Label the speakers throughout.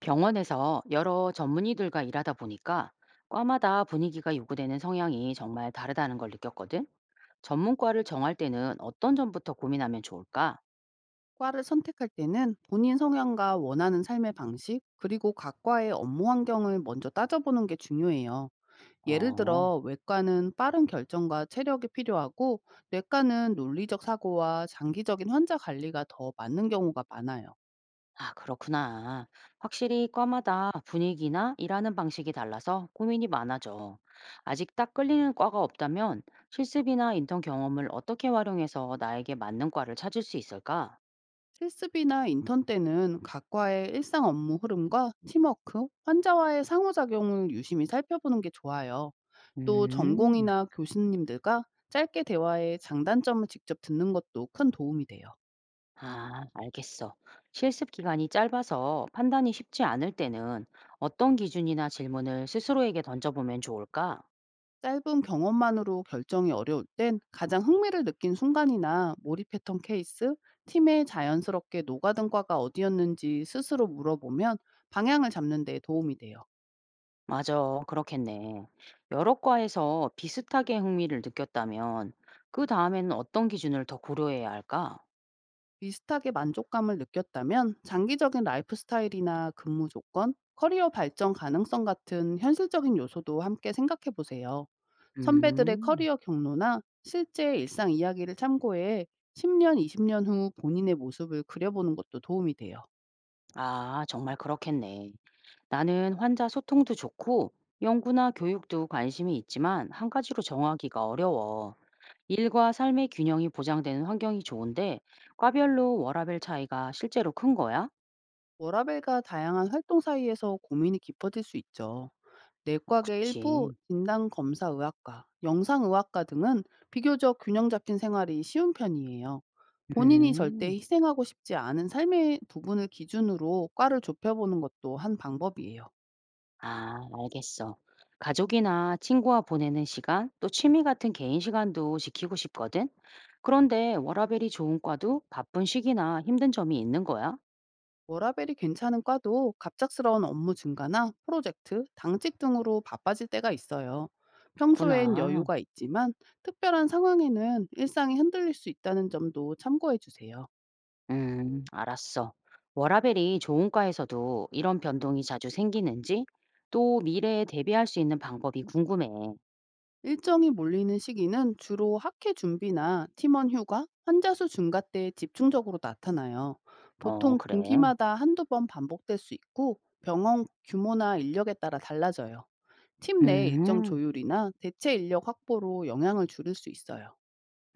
Speaker 1: 병원에서 여러 전문의들과 일하다 보니까 과마다 분위기가 요구되는 성향이 정말 다르다는 걸 느꼈거든. 전문과를 정할 때는 어떤 점부터 고민하면 좋을까?
Speaker 2: 과를 선택할 때는 본인 성향과 원하는 삶의 방식, 그리고 각 과의 업무 환경을 먼저 따져보는 게 중요해요. 예를
Speaker 1: 어,
Speaker 2: 들어, 외과는 빠른 결정과 체력이 필요하고, 뇌과는 논리적 사고와 장기적인 환자 관리가 더 맞는 경우가 많아요.
Speaker 1: 아, 그렇구나. 확실히 과마다 분위기나 일하는 방식이 달라서 고민이 많아져. 아직 딱 끌리는 과가 없다면 실습이나 인턴 경험을 어떻게 활용해서 나에게 맞는 과를 찾을 수 있을까?
Speaker 2: 실습이나 인턴 때는 각 과의 일상 업무 흐름과 팀워크, 환자와의 상호작용을 유심히 살펴보는 게 좋아요. 또
Speaker 1: 음.
Speaker 2: 전공이나 교수님들과 짧게 대화해 장단점을 직접 듣는 것도 큰 도움이 돼요.
Speaker 1: 아, 알겠어. 실습 기간이 짧아서 판단이 쉽지 않을 때는 어떤 기준이나 질문을 스스로에게 던져보면 좋을까?
Speaker 2: 짧은 경험만으로 결정이 어려울 땐 가장 흥미를 느낀 순간이나 몰입 패턴 케이스, 팀에 자연스럽게 녹아든 과가 어디였는지 스스로 물어보면 방향을 잡는 데 도움이 돼요.
Speaker 1: 맞아, 그렇겠네. 여러 과에서 비슷하게 흥미를 느꼈다면, 그 다음에는 어떤 기준을 더 고려해야 할까?
Speaker 2: 비슷하게 만족감을 느꼈다면 장기적인 라이프 스타일이나 근무 조건, 커리어 발전 가능성 같은 현실적인 요소도 함께 생각해 보세요. 선배들의
Speaker 1: 음.
Speaker 2: 커리어 경로나 실제 일상 이야기를 참고해 10년, 20년 후 본인의 모습을 그려보는 것도 도움이 돼요.
Speaker 1: 아, 정말 그렇겠네. 나는 환자 소통도 좋고 연구나 교육도 관심이 있지만 한 가지로 정하기가 어려워. 일과 삶의 균형이 보장되는 환경이 좋은데 과별로 워라밸 차이가 실제로 큰 거야?
Speaker 2: 워라벨과 다양한 활동 사이에서 고민이 깊어질 수 있죠. 내과계 일부,
Speaker 1: 그치.
Speaker 2: 진단검사의학과, 영상의학과 등은 비교적 균형 잡힌 생활이 쉬운 편이에요. 본인이 절대
Speaker 1: 음,
Speaker 2: 희생하고 싶지 않은 삶의 부분을 기준으로 과를 좁혀보는 것도 한 방법이에요.
Speaker 1: 아, 알겠어. 가족이나 친구와 보내는 시간, 또 취미 같은 개인 시간도 지키고 싶거든. 그런데 워라밸이 좋은 과도 바쁜 시기나 힘든 점이 있는 거야?
Speaker 2: 워라벨이 괜찮은 과도 갑작스러운 업무 증가나 프로젝트, 당직 등으로 바빠질 때가 있어요. 평소엔
Speaker 1: 구나.
Speaker 2: 여유가 있지만 특별한 상황에는 일상이 흔들릴 수 있다는 점도 참고해 주세요.
Speaker 1: 알았어. 워라벨이 좋은과에서도 이런 변동이 자주 생기는지, 또 미래에 대비할 수 있는 방법이 궁금해.
Speaker 2: 일정이 몰리는 시기는 주로 학회 준비나 팀원 휴가, 환자 수 증가 때 집중적으로 나타나요.
Speaker 1: 어,
Speaker 2: 보통
Speaker 1: 그래.
Speaker 2: 분기마다 한두 번 반복될 수 있고 병원 규모나 인력에 따라 달라져요. 팀 내 일정
Speaker 1: 음,
Speaker 2: 조율이나 대체 인력 확보로 영향을 줄일 수 있어요.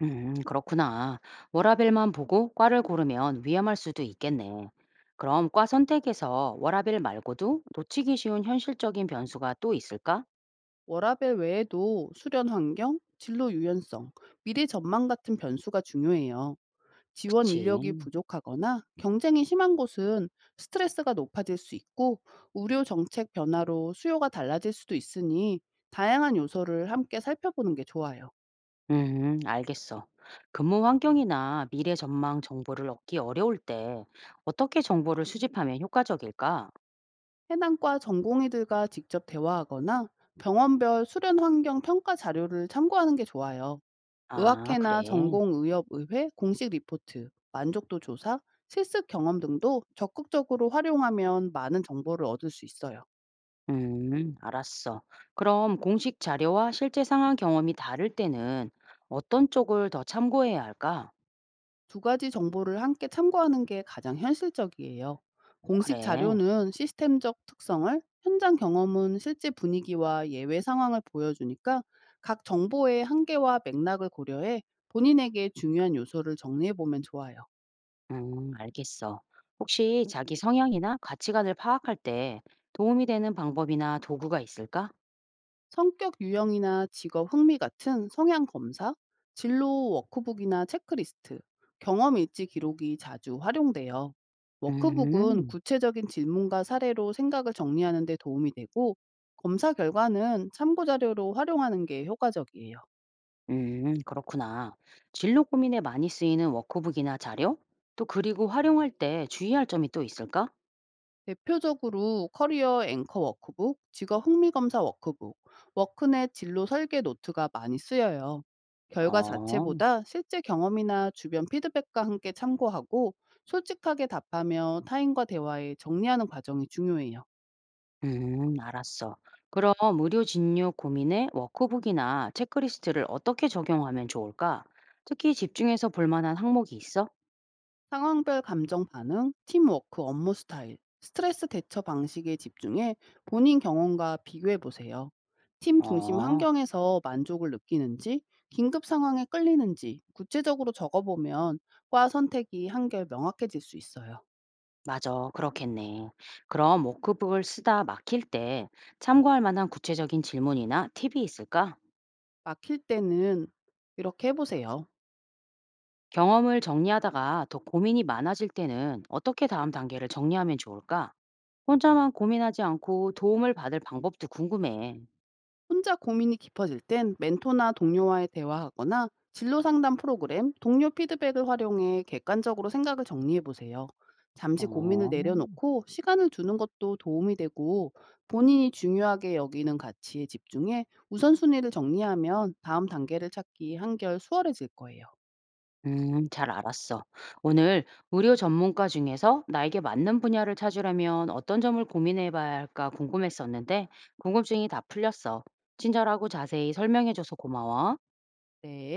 Speaker 1: 그렇구나. 워라벨만 보고 과를 고르면 위험할 수도 있겠네. 그럼 과 선택에서 워라벨 말고도 놓치기 쉬운 현실적인 변수가 또 있을까?
Speaker 2: 워라밸 외에도 수련 환경, 진로 유연성, 미래 전망 같은 변수가 중요해요. 지원 인력이
Speaker 1: 그치.
Speaker 2: 부족하거나 경쟁이 심한 곳은 스트레스가 높아질 수 있고 의료 정책 변화로 수요가 달라질 수도 있으니 다양한 요소를 함께 살펴보는 게 좋아요.
Speaker 1: 알겠어. 근무 환경이나 미래 전망 정보를 얻기 어려울 때 어떻게 정보를 수집하면 효과적일까?
Speaker 2: 해당과 전공의들과 직접 대화하거나 병원별 수련 환경 평가 자료를 참고하는 게 좋아요.
Speaker 1: 아, 그래.
Speaker 2: 의학회나 전공의협의회 공식 리포트, 만족도 조사, 실습 경험 등도 적극적으로 활용하면 많은 정보를 얻을 수 있어요.
Speaker 1: 알았어. 그럼 공식 자료와 실제 상황 경험이 다를 때는 어떤 쪽을 더 참고해야 할까?
Speaker 2: 두 가지 정보를 함께 참고하는 게 가장 현실적이에요. 공식
Speaker 1: 그래.
Speaker 2: 자료는 시스템적 특성을, 현장 경험은 실제 분위기와 예외 상황을 보여주니까 각 정보의 한계와 맥락을 고려해 본인에게 중요한 요소를 정리해 보면 좋아요.
Speaker 1: 알겠어. 혹시 자기 성향이나 가치관을 파악할 때 도움이 되는 방법이나 도구가 있을까?
Speaker 2: 성격 유형이나 직업 흥미 같은 성향 검사, 진로 워크북이나 체크리스트, 경험 일지 기록이 자주 활용돼요. 워크북은
Speaker 1: 음.
Speaker 2: 구체적인 질문과 사례로 생각을 정리하는 데 도움이 되고 검사 결과는 참고 자료로 활용하는 게 효과적이에요.
Speaker 1: 그렇구나. 진로 고민에 많이 쓰이는 워크북이나 자료? 또 그리고 활용할 때 주의할 점이 또 있을까?
Speaker 2: 대표적으로 커리어 앵커 워크북, 직업 흥미 검사 워크북, 워크넷 진로 설계 노트가 많이 쓰여요. 결과
Speaker 1: 어,
Speaker 2: 자체보다 실제 경험이나 주변 피드백과 함께 참고하고 솔직하게 답하며 타인과 대화에 정리하는 과정이 중요해요.
Speaker 1: 알았어. 그럼 무료 진료 고민에 워크북이나 체크리스트를 어떻게 적용하면 좋을까? 특히 집중해서 볼 만한 항목이 있어?
Speaker 2: 상황별 감정 반응, 팀워크, 업무 스타일, 스트레스 대처 방식에 집중해 본인 경험과 비교해 보세요. 팀 중심
Speaker 1: 어,
Speaker 2: 환경에서 만족을 느끼는지, 긴급 상황에 끌리는지 구체적으로 적어보면 과 선택이 한결 명확해질 수 있어요.
Speaker 1: 맞아. 그렇겠네. 그럼 워크북을 쓰다 막힐 때 참고할 만한 구체적인 질문이나 팁이 있을까?
Speaker 2: 막힐 때는 이렇게 해보세요.
Speaker 1: 경험을 정리하다가 더 고민이 많아질 때는 어떻게 다음 단계를 정리하면 좋을까? 혼자만 고민하지 않고 도움을 받을 방법도 궁금해.
Speaker 2: 혼자 고민이 깊어질 땐 멘토나 동료와의 대화하거나 진로 상담 프로그램, 동료 피드백을 활용해 객관적으로 생각을 정리해 보세요. 잠시 고민을
Speaker 1: 어,
Speaker 2: 내려놓고 시간을 주는 것도 도움이 되고 본인이 중요하게 여기는 가치에 집중해 우선순위를 정리하면 다음 단계를 찾기 한결 수월해질 거예요.
Speaker 1: 잘 알았어. 오늘 의료 전문가 중에서 나에게 맞는 분야를 찾으려면 어떤 점을 고민해 봐야 할까 궁금했었는데, 궁금증이 다 풀렸어. 친절하고 자세히 설명해줘서 고마워.
Speaker 2: 네.